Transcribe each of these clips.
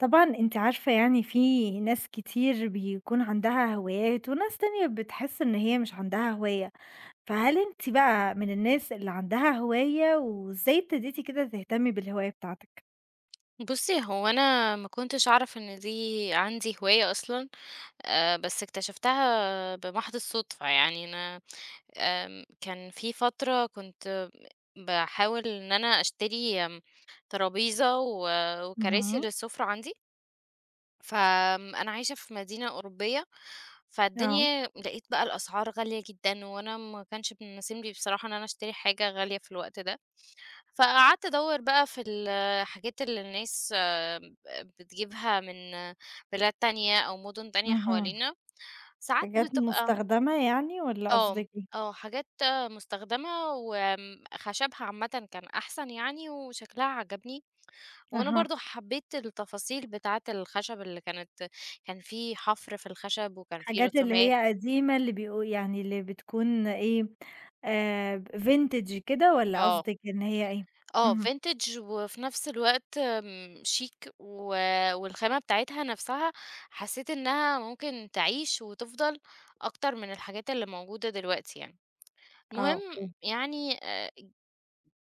طبعًا أنتِ عارفة، في ناس كتير بيكون عندها هوايات، وناس تانية بتحس إن هي مش عندها هواية، فهل أنتِ بقى من الناس اللي عندها هواية، وإزاي ابتديتِ كده تهتمي بالهواية بتاعتك؟ بُصّي، هو أنا ما كنتش أعرف إن دي عندي هواية أصلًا. بس اكتشفتها بمحض الصدفة، يعني أنا كان في فترة كنت باحاول إن أنا أشتري ترابيزة و وكراسي اهم. للسفرة عندي، فأنا عايشة في مدينة أوروبية، آه. فالدنيا لقيت بقى الأسعار غالية جدًا، وأنا ما كانش بيناسبني بصراحة إن أنا أشتري حاجة غالية في الوقت ده. فقعدت أدوّر بقى في الحاجات اللي الناس بتجيبها من بلاد تانية أو مُدن تانية اهم. حوالينا، ساعات حاجات بتبقى مستخدمة يعني والّا آه، قصدِك إيه؟ حاجات مستخدمة خشبها عامةً كان أحسن يعني وشكلها عجبني، وأنا أها. برضه حبيت التفاصيل بتاعة الخشب اللي كان في حفر في الخشب وكان في حاجات اللي رسومات. هي قديمة اللي بيقو يعني اللي بتكون إيه، vintage كده والّا آه. قصدِك إن هي إيه؟ اهم. vintage وفي نفس الوقت شيك، والخامة بتاعتها نفسها حسيت إنها ممكن تعيش وتفضل أكتر من الحاجات اللي موجودة دلوقتي يعني. آه، المهم، أوكي. يعني آآ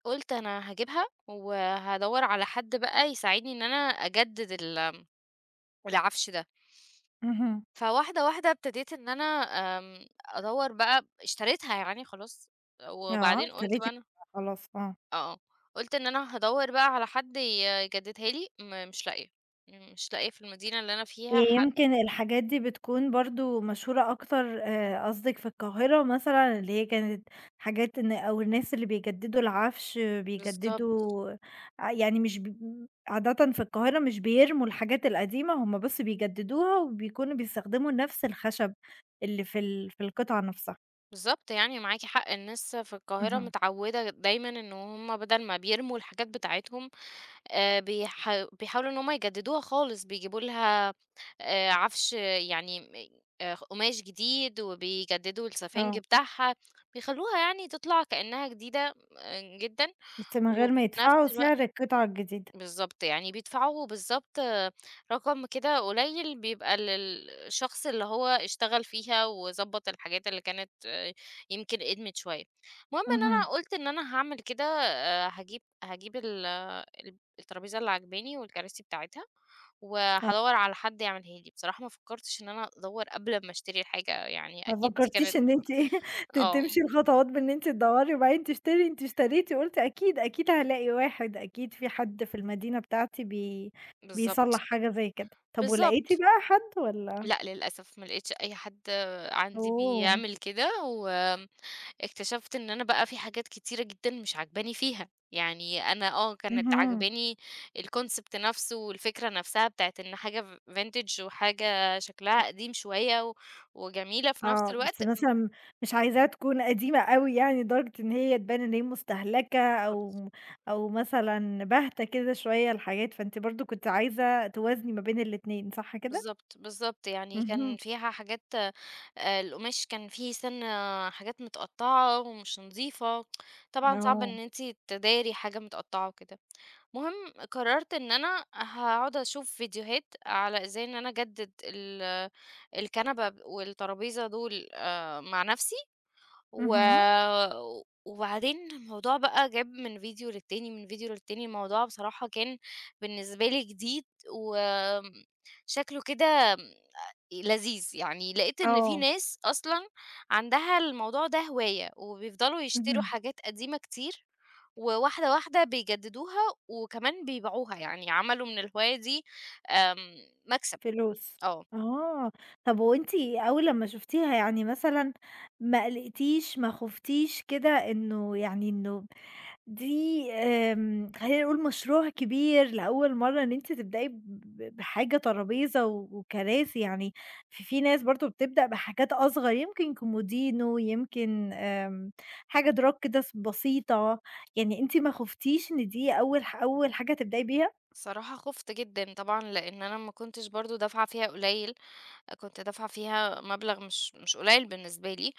قُلت أنا هاجيبها وهادوّر على حد بقى يساعدني إن أنا أجدد العفش ده. اهم. فواحدة، واحدة ابتديت إن أنا أدوّر بقى، اشتريتها يعني خلاص. آه، وبعدين قُلت ابتديتِ بقى أنا خلاص. آه. آه، قُلت إن أنا هادوّر بقى على حد يجددها لي، مش لاقية، في المدينة اللي أنا فيها حد. يمكن الحاجات دي بتكون برضه مشهورة أكتر، قصدِك في القاهرة مثلًا، اللي هي كانت حاجات إن أو الناس اللي بيجددوا العفش، بالضبط، بيجددوا. يعني مش ب عادةً في القاهرة مش بيرموا الحاجات القديمة، هم بس بيجددوها وبيكونوا بيستخدموا نفس الخشب اللي في القطعة نفسها. بالضبط، يعني معاكِ حق. الناس في القاهرة اهم. متعوّدة دايمًا إن هُم بدل ما بيرموا الحاجات بتاعتهم، آآ، بيح بيحاولوا إن هُم يجددوها خالص، بيجيبوا لها عفش يعني، م قماش جديد، وبيجددوا السفنج آه، بتاعها، بيخلّوها يعني تطلع كأنها جديدة جدًا. بس من غير وفي ما نفس يدفعوا الوقت سعر القطعة الجديدة. بالضبط، يعني بيدفعوا بالضبط رقم كده قليل بيبقى للشخص اللي هو اشتغل فيها وضبّط الحاجات اللي كانت يمكن قدمِت شوية. المهم إن أنا اهم. قُلت إن أنا هاعمل كده، هاجيب ال ال الترابيزة اللي عاجباني والكراسي بتاعتها، وهادوّر على حد يعملها لي. بصراحة ما فكّرتش إن أنا أدوّر قبل ما أشتري الحاجة، يعني ما أكيد دي فكرتيش كانت إن أنتِ آه، تمشي الخطوات بإن أنتِ تدوّري وبعدين تشتري، أنتِ اشتريتِ قُلتِ أكيد، أكيد هالاقي واحد، أكيد في حد في المدينة بتاعتي بيصلّح بالضبط، حاجة زي كده. طب ولقيتِ بالضبط. بقى حد والّا؟ لأ، للأسف ما لقيتش أي حد عندي أوه! بيعمل كده. و اكتشفت إن أنا بقى في حاجات كتيرة جدًا مش عاجباني فيها، يعني أنا كانت اهم. عاجباني الconcept نفسه والفكرة نفسها بتاعة إن حاجة vintage وحاجة شكلها قديم شوية وجميلة في نفس آه، بس الوقت. مثلًا مش عايزاها تكون قديمة أوي، يعني لدرجة إن هي تبان إن هي مستهلكة، بالضبط، أو أو مثلًا باهتة كده شوية الحاجات، فأنتِ برضه كنتِ عايزة توازني ما بين الاتنين، صح كده؟ بالضبط، بالضبط، يعني كان اهم. فيها حاجات، القماش كان فيه سِنّة، حاجات متقطعة ومش نضيفة، طبعًا صعب آه. إن أنتِ تداري حاجة متقطعة وكده. المهم، قررت إن أنا هاقعد أشوف فيديوهات على إزاي إن أنا أجدد الكنبة والترابيزة دول مع نفسي. و اهم. وبعدين الموضوع بقى جاب من فيديو للتاني، من فيديو للتاني. الموضوع بصراحة كان بالنسبة لي جديد وآمم شكله كده لذيذ، يعني لقيت إن في آه. ناس أصلًا عندها الموضوع ده هواية، وبيفضلوا يشتروا اهم. حاجات قديمة كتير، وواحدة، واحدة بيجددوها وكمان بيبيعوها، يعني عملوا من الهواية دي آمم مكسب. فلوس. آه. آه، طب وأنتِ أول لمّا شُفتيها، يعني مثلًا ما قلقتيش، ما خُفتيش كده، إنه دي خلّينا نقول مشروع كبير لأول مرّة، إن أنتِ تبدئي بحاجة ترابيزة وكراسي، يعني في ناس برضه بتبدأ بحاجات أصغر، يمكن كومودينو، يمكن حاجة دراج كده بسيطة، يعني أنتِ ما خُفتيش إن دي أول حاجة هتبدئي بيها؟ الصراحة خُفت جدًا طبعًا، لإن أنا ما كنتش برضه دافعة فيها قليل، كنت دافعة فيها مبلغ مش قليل بالنسبة لي،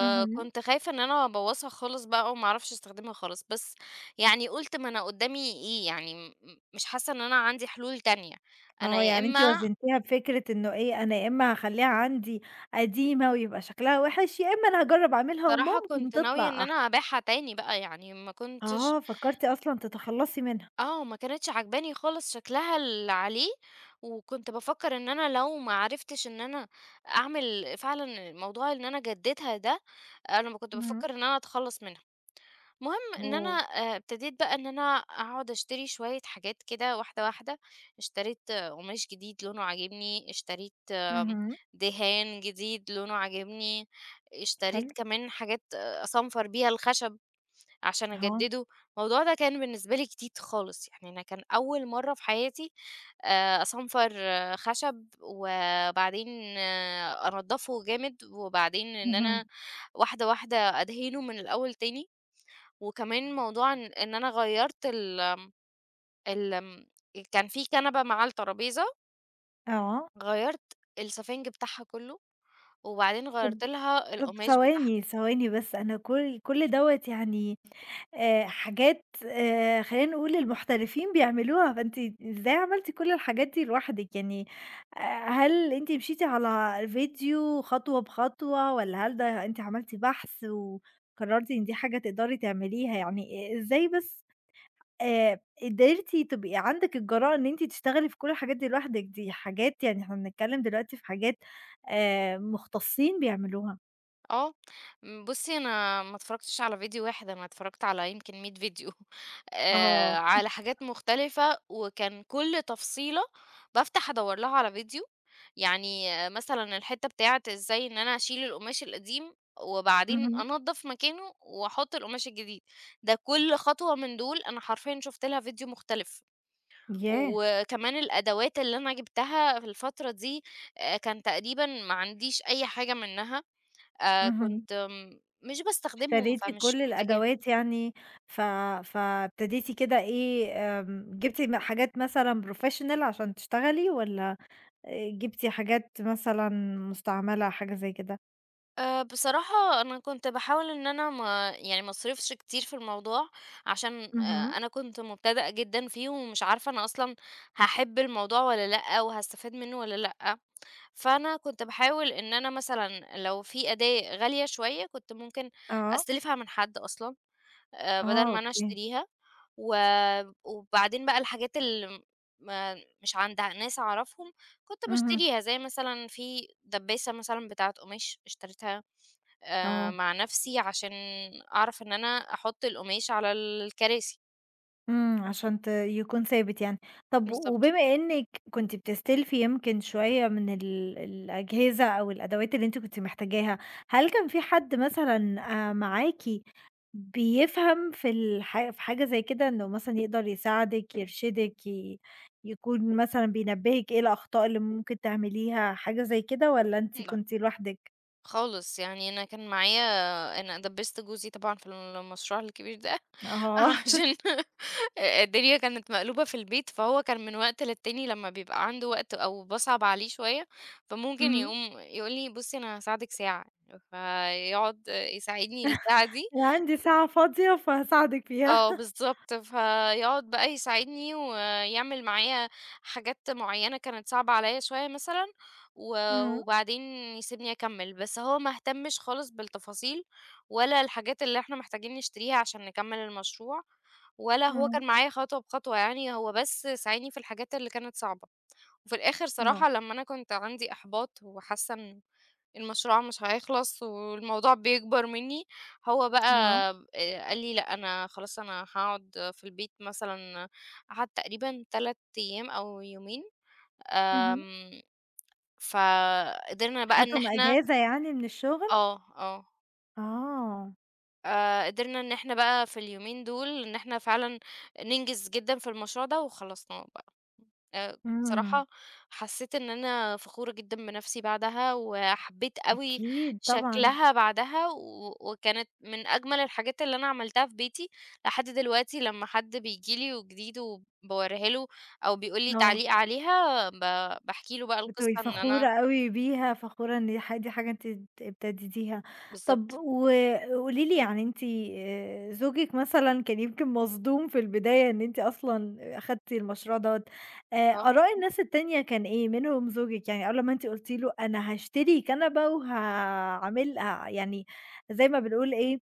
اهم. خايفة إن أنا أبوّظها خالص بقى وما أعرفش أستخدمها خالص. بس يعني قُلت، ما أنا قدّامي إيه يعني، مش حاسة إن أنا عندي حلول تانية، أنا آه، يا يعني أنتِ إمّا. وزّنتيها بفكرة إنه إيه، أنا يا إمّا هاخلّيها عندي قديمة ويبقى شكلها وِحِش، يا إمّا أنا هاجرّب أعملها بصراحة وممكن كنت ناوية إن تطلع أنا أحسن. أبيعها تاني بقى، يعني ما كنتش آه، فكّرتِ أصلًا تتخلّصي منها. آه، ما كانتش عاجباني خالص شكلها اللي عليه، وكنت بافكّر إن أنا لو ما عرفتش إن أنا أعمل فعلًا الموضوع إن أنا أجددها ده، أنا كنت اهم. بافكّر إن أنا أتخلّص منها. المهم إن أنا أوه! ابتديت بقى إن أنا أقعد أشتري شوية حاجات كده، واحدة، واحدة. اشتريت قماش جديد لونه عاجبني، اشتريت اهم. دهان جديد لونه عاجبني، اشتريت حلو. كمان حاجات أصنفر بيها الخشب عشان آه. أجدده. الموضوع ده كان بالنسبة لي جديد خالص، يعني أنا كان أول مرّة في حياتي أصنفر خشب، وبعدين أنضّفه جامد، وبعدين إن اهم. أنا واحدة، واحدة أدهنه من الأول تاني. وكمان موضوع إن أنا غيّرت ال ال آمم، كان في كنبة مع الترابيزة، آه. غيّرت السفنج بتاعها كلّه، وبعدين طَب غيّرت لها طب القماش بتاعها. ثواني، ثواني، بس أنا كل دوّة، يعني حاجات خلّينا نقول المحترفين بيعملوها، فأنتِ إزاي عملتِ كل الحاجات دي لوحدِك؟ يعني آآ هل أنتِ مشيتِ على فيديو خطوة بخطوة، والّا هل ده أنتِ عملتِ بحث وقررتِ إن دي حاجة تقدري تعمليها؟ يعني إزاي بس قدرتِ تبقي عندِك الجرأة إن أنتِ تشتغلي في كل الحاجات دي لوحدِك؟ دي حاجات، يعني إحنا بنتكلّم دلوقتي في حاجات مختصين بيعملوها. آه، بُصّي، أنا ما اتفرّجتش على فيديو واحد، أنا اتفرّجت على يمكن 100 فيديو آه. على حاجات مختلفة، وكان كل تفصيلة بافتح أدوّر لها على فيديو، يعني مثلًا الحتّة بتاعة إزاي إن أنا أشيل القماش القديم، وبعدين اهم. أنضّف مكانه وأحط القماش الجديد، ده كل خطوة من دول أنا حرفيًا شُفت لها فيديو مختلف. ياه! وكمان الأدوات اللي أنا جِبتها في الفترة دي، كان تقريبًا ما عنديش أي حاجة منها، اهم، كنت مش باستخدمهم، اشتريتِ فمش كل محتاجاهم. الأدوات يعني. ف فابتديتِ كده إيه، جبتِ حاجات مثلًا professional عشان تشتغلي، والّا جبتِ حاجات مثلًا مستعملة، حاجة زي كده؟ بصراحة أنا كنت باحاول إن أنا، ما يعني، ما أصرفش كتير في الموضوع، عشان اهم. أنا كنت مبتدئة جدًا فيه، ومش عارفة أنا أصلًا هاحب الموضوع والّا لأ، وهاستفاد منه والّا لأ. فأنا كنت باحاول إن أنا مثلًا لو في أداة غالية شوية، كنت ممكن آه. أستلفها من حد أصلًا، آه، بدل ما أنا أوكي. أشتريها. و وبعدين بقى الحاجات اللي ما مش عند ناس أعرفهم، كنت اهم. باشتريها، زي مثلًا في دبّاسة مثلًا بتاعة قماش اشتريتها آه. مع نَفْسي، عشان أعرف إن أنا أحُط القماش على الكراسي. إمم، عشان يكون ثابت يعني. طب بالضبط. وبما إنِّك كنتِ بتستلفي يمكن شوية من الأجهزة أو الأدوات اللي أنتِ كنتِ محتاجاها، هل كان في حد مثلًا معاكِ بيفهم في الح في حاجة زي كده، إنه مثلًا يقدر يساعدِك، يرشدِك، يكون مثلًا بينبهِك إيه الأخطاء اللي ممكن تعمليها، حاجة زي كده، والّا أنتِ لأ، كنتِ لوحدِك؟ خالص، يعني أنا كان معايا، أنا دبّست جوزي طبعًا في المشروع الكبير ده آه. عشان الدنيا كانت مقلوبة في البيت، فهو كان من وقت للتاني لمّا بيبقى عنده وقت أو باصعب عليه شوية، فممكن اهم. يقوم يقول لي: "بُصّي أنا هاساعدِك ساعة." فيقعد يساعدني الساعة دي. أنا عندي ساعة فاضية فهاساعدِك فيها. آه بالضبط، فيقعد بقى يساعدني ويعمل معايا حاجات معيّنة كانت صعبة عليَّ شوية مثلًا، و اهم. وبعدين يسيبني أكمّل، بس هو ما اهتمش خالص بالتفاصيل، ولا الحاجات اللي إحنا محتاجين نشتريها عشان نكمّل المشروع، ولا هو اهم. كان معايا خطوة بخطوة يعني، هو بس ساعدني في الحاجات اللي كانت صعبة. وفي الآخر آه. صراحة لمّا أنا كنت عندي إحباط وحاسة إن المشروع مش هيخلص والموضوع بيكبر منّي، هو آه. بقى قال لي: "لأ، أنا خلاص أنا هاقعد في البيت." مثلًا قعد تقريبًا 3 أيام أو يومين. اهم. آمم فقدرنا بقى إن أخدتم إحنا، إجازة يعني من الشغل؟ آه، آه، آه. قدرنا إن إحنا بقى في اليومين دول إن إحنا فعلًا ننجز جدًا في المشروع ده وخلصناه. آآ إمم. بصراحة حسّيت إن أنا فخورة جدًا بنَفْسي بعدها، وحبّيت أوي أكيد طبعًا. شكلها بعدها، وكانت من أجمل الحاجات اللي أنا عملتها في بيتي، لحد دلوقتي لمّا حد بييجي لي وجديد وباورّيها له أو بيقول لي آه. تعليق عليها، باحكي له بقى القصّة بتبقي إن أنا. فخورة أوي بيها، فخورة إن دي حاجة أنتِ ابتديتيها. طب بالضبط، وقولي لي، يعني أنتِ زوجِك مثلًا كان يمكن مصدوم في البداية إن أنتِ أصلًا أخدتِ المشروع دوّة. آآ آه. آراء الناس التانية كان إيه؟ منهم زوجِك، يعني أول لمّا أنتِ قُلتِ له أنا هاشتري كنبة وهاعمل يعني زي ما بنقول إيه،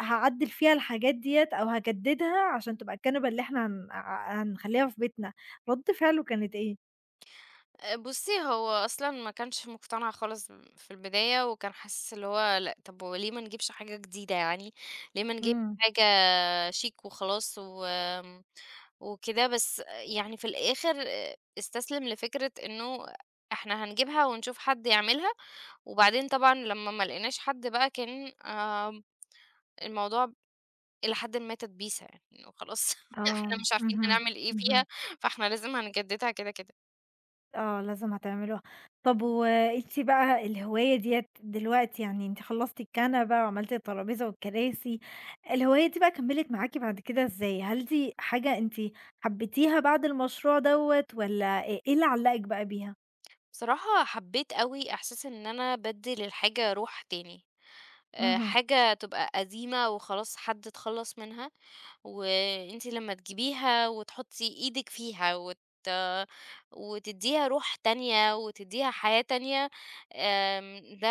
هاعدّل فيها الحاجات ديّة، أو هاجددها عشان تبقى الكنبة اللي إحنا هن ع هنخلّيها في بيتنا، رد فعله كانت إيه؟ بُصّي، هو أصلًا ما كانش مقتنع خالص في البداية وكان حاسس اللي هو، لأ، طَب وليه ما نجيبش حاجة جديدة يعني، ليه ما نجيبش إمم. حاجة شيك وخلاص و آمم، وكده. بس يعني في الآخر استسلم لفكرة إنه إحنا هنجيبها ونشوف حد يعملها، وبعدين طبعًا لمّا ما لقيناش حد بقى، كان الموضوع إلى حدٍ ما تدبيسة يعني، إنه خلاص آه. إحنا مش عارفين اهم. هنعمل إيه اهم. فيها، فإحنا لازم هنجددها كده، كده. آه، لازم هتعملوها. طب وأنتِ بقى الهواية ديّة دلوقتي، يعني أنتِ خلّصتِ الكنبة وعملتِ الترابيزة والكراسي، الهواية دي بقى كمّلت معاكِ بعد كده إزاي؟ هل دي حاجة أنتِ حبيتيها بعد المشروع دوّة، والّا إيه اللي علّقِك بقى بيها؟ بصراحة حبيت أوي إحساس إن أنا بادّي للحاجة روح تاني. اهم. حاجة تبقى قديمة وخلاص حد اتخلّص منها، وأنتِ لمّا تجيبيها وتحطّي إيدِك فيها وتدّيها روح تانية وتدّيها حياة تانية، ده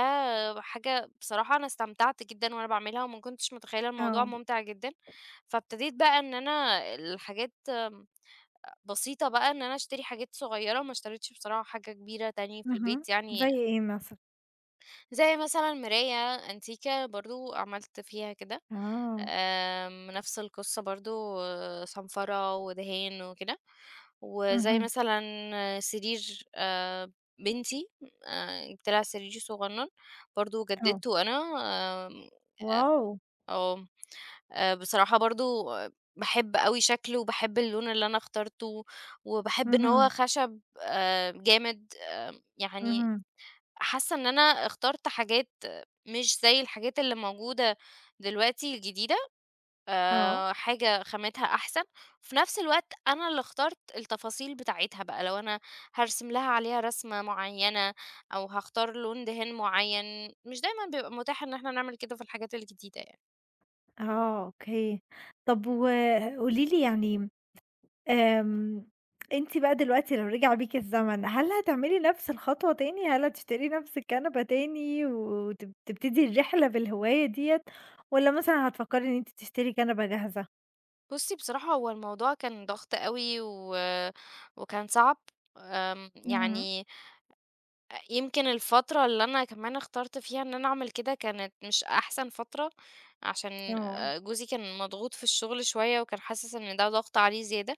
حاجة بصراحة أنا استمتعت جدًا وأنا باعملها، وما كنتش متخيّلة الموضوع آه. ممتع جدًا. فابتديت بقى إن أنا الحاجات بسيطة بقى، إن أنا أشتري حاجات صغيّرة، ما اشتريتش بصراحة حاجة كبيرة تاني في اهم. البيت يعني. زي إيه مثلًا؟ زي مثلًا مراية أنتيكة برضه عملت فيها كده. آه. نفس القصة برضه، صنفرة ودهان وكده. وزي اهم. مثلًا سرير بنتي، جِبت لها سرير صغنّن برضه آه. جددته أنا. آمم، واو! آه، بصراحة برضه باحب أوي شكله وباحب اللون اللي أنا اخترته، وباحب إن هو اهم. خشب جامد، يعني اهم. حاسة إن أنا اخترت حاجات مش زي الحاجات اللي موجودة دلوقتي الجديدة. آه. حاجة خامتها أحسن، وفي نفس الوقت أنا اللي اخترت التفاصيل بتاعتها بقى، لو أنا هارسم لها عليها رسمة معيّنة أو هاختار لون دهان معيّن، مش دايمًا بيبقى متاح إن إحنا نعمل كده في الحاجات الجديدة يعني. آه، أوكي. طب وقولي لي يعني، آمم، أنتِ بقى دلوقتي لو رجع بيكِ الزمن، هل هتعملي نفس الخطوة تاني؟ هل هتشتري نفس الكنبة تاني تبتدي الرحلة بالهواية ديّة، والّا مثلًا هتفكّري إن أنتِ تشتري كنبة جاهزة؟ بُصّي، بصراحة هو الموضوع كان ضغط أوي وكان صعب. اهم. يعني يمكن الفترة اللي أنا كمان اخترت فيها إن أنا أعمل كده كانت مش أحسن فترة، عشان آه. جوزي كان مضغوط في الشغل شوية وكان حاسس إن ده ضغط عليه زيادة.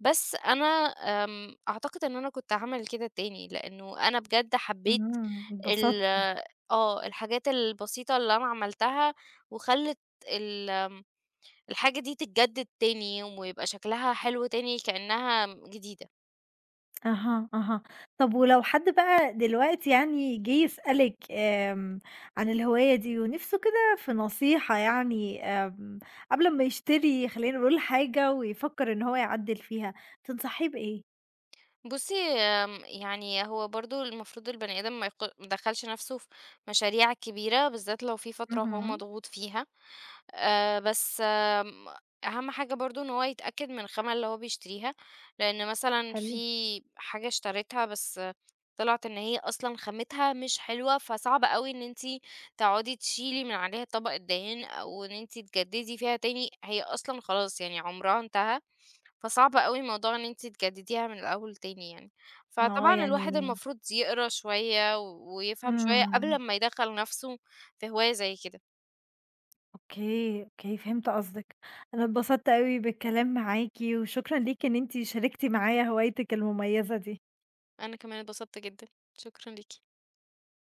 بس أنا أعتقد إن أنا كنت هاعمل كده تاني، لإنه أنا بجد حبيت إمم، ال اتبسطتِ. آه، الحاجات البسيطة اللي أنا عملتها وخلّت ال آمم، الحاجة دي تتجدد تاني ويبقى شكلها حلو تاني كإنها جديدة. أها، أها. طب ولو حد بقى دلوقتي يعني جه يسألِك، عن الهواية دي ونِفسه كده في نصيحة، يعني آمم، قبل أمّا يشتري خلّينا نقول حاجة ويفكّر إن هو يعدّل فيها، تنصحيه بإيه؟ بُصّي، يعني هو برضه المفروض البني آدم ما يدخّلش نَفْسه في مشاريع كبيرة، بالذات لو في فترة هو اهم. مضغوط فيها. بس أهم حاجة برضه إن هو يتأكد من الخامة اللي هو بيشتريها، لإن مثلًا حلو. في حاجة اشتريتها بس طلعت إن هي أصلًا خامتها مش حلوة، فصعب أوي إن أنتِ تقعدي تشيلي من عليها طبقة دهان أو إن أنتِ تجددي فيها تاني، هي أصلًا خلاص يعني عمرها انتهى، فصعب أوي موضوع إن أنتِ تجدديها من الأول تاني يعني. آه، فطبعًا الواحد يعني المفروض يقرا شوية ويفهم شوية قبل إمم. أمّا يدخّل نَفْسه في هواية زي كده. أوكي، أوكي، فهمت قصدِك. أنا اتبسطت أوي بالكلام معاكِ، وشكرًا ليكِ إن أنتِ شاركتِ معايا هوايتِك المميزة دي. أنا كمان اتبسطت جدًا، شكرًا ليكِ.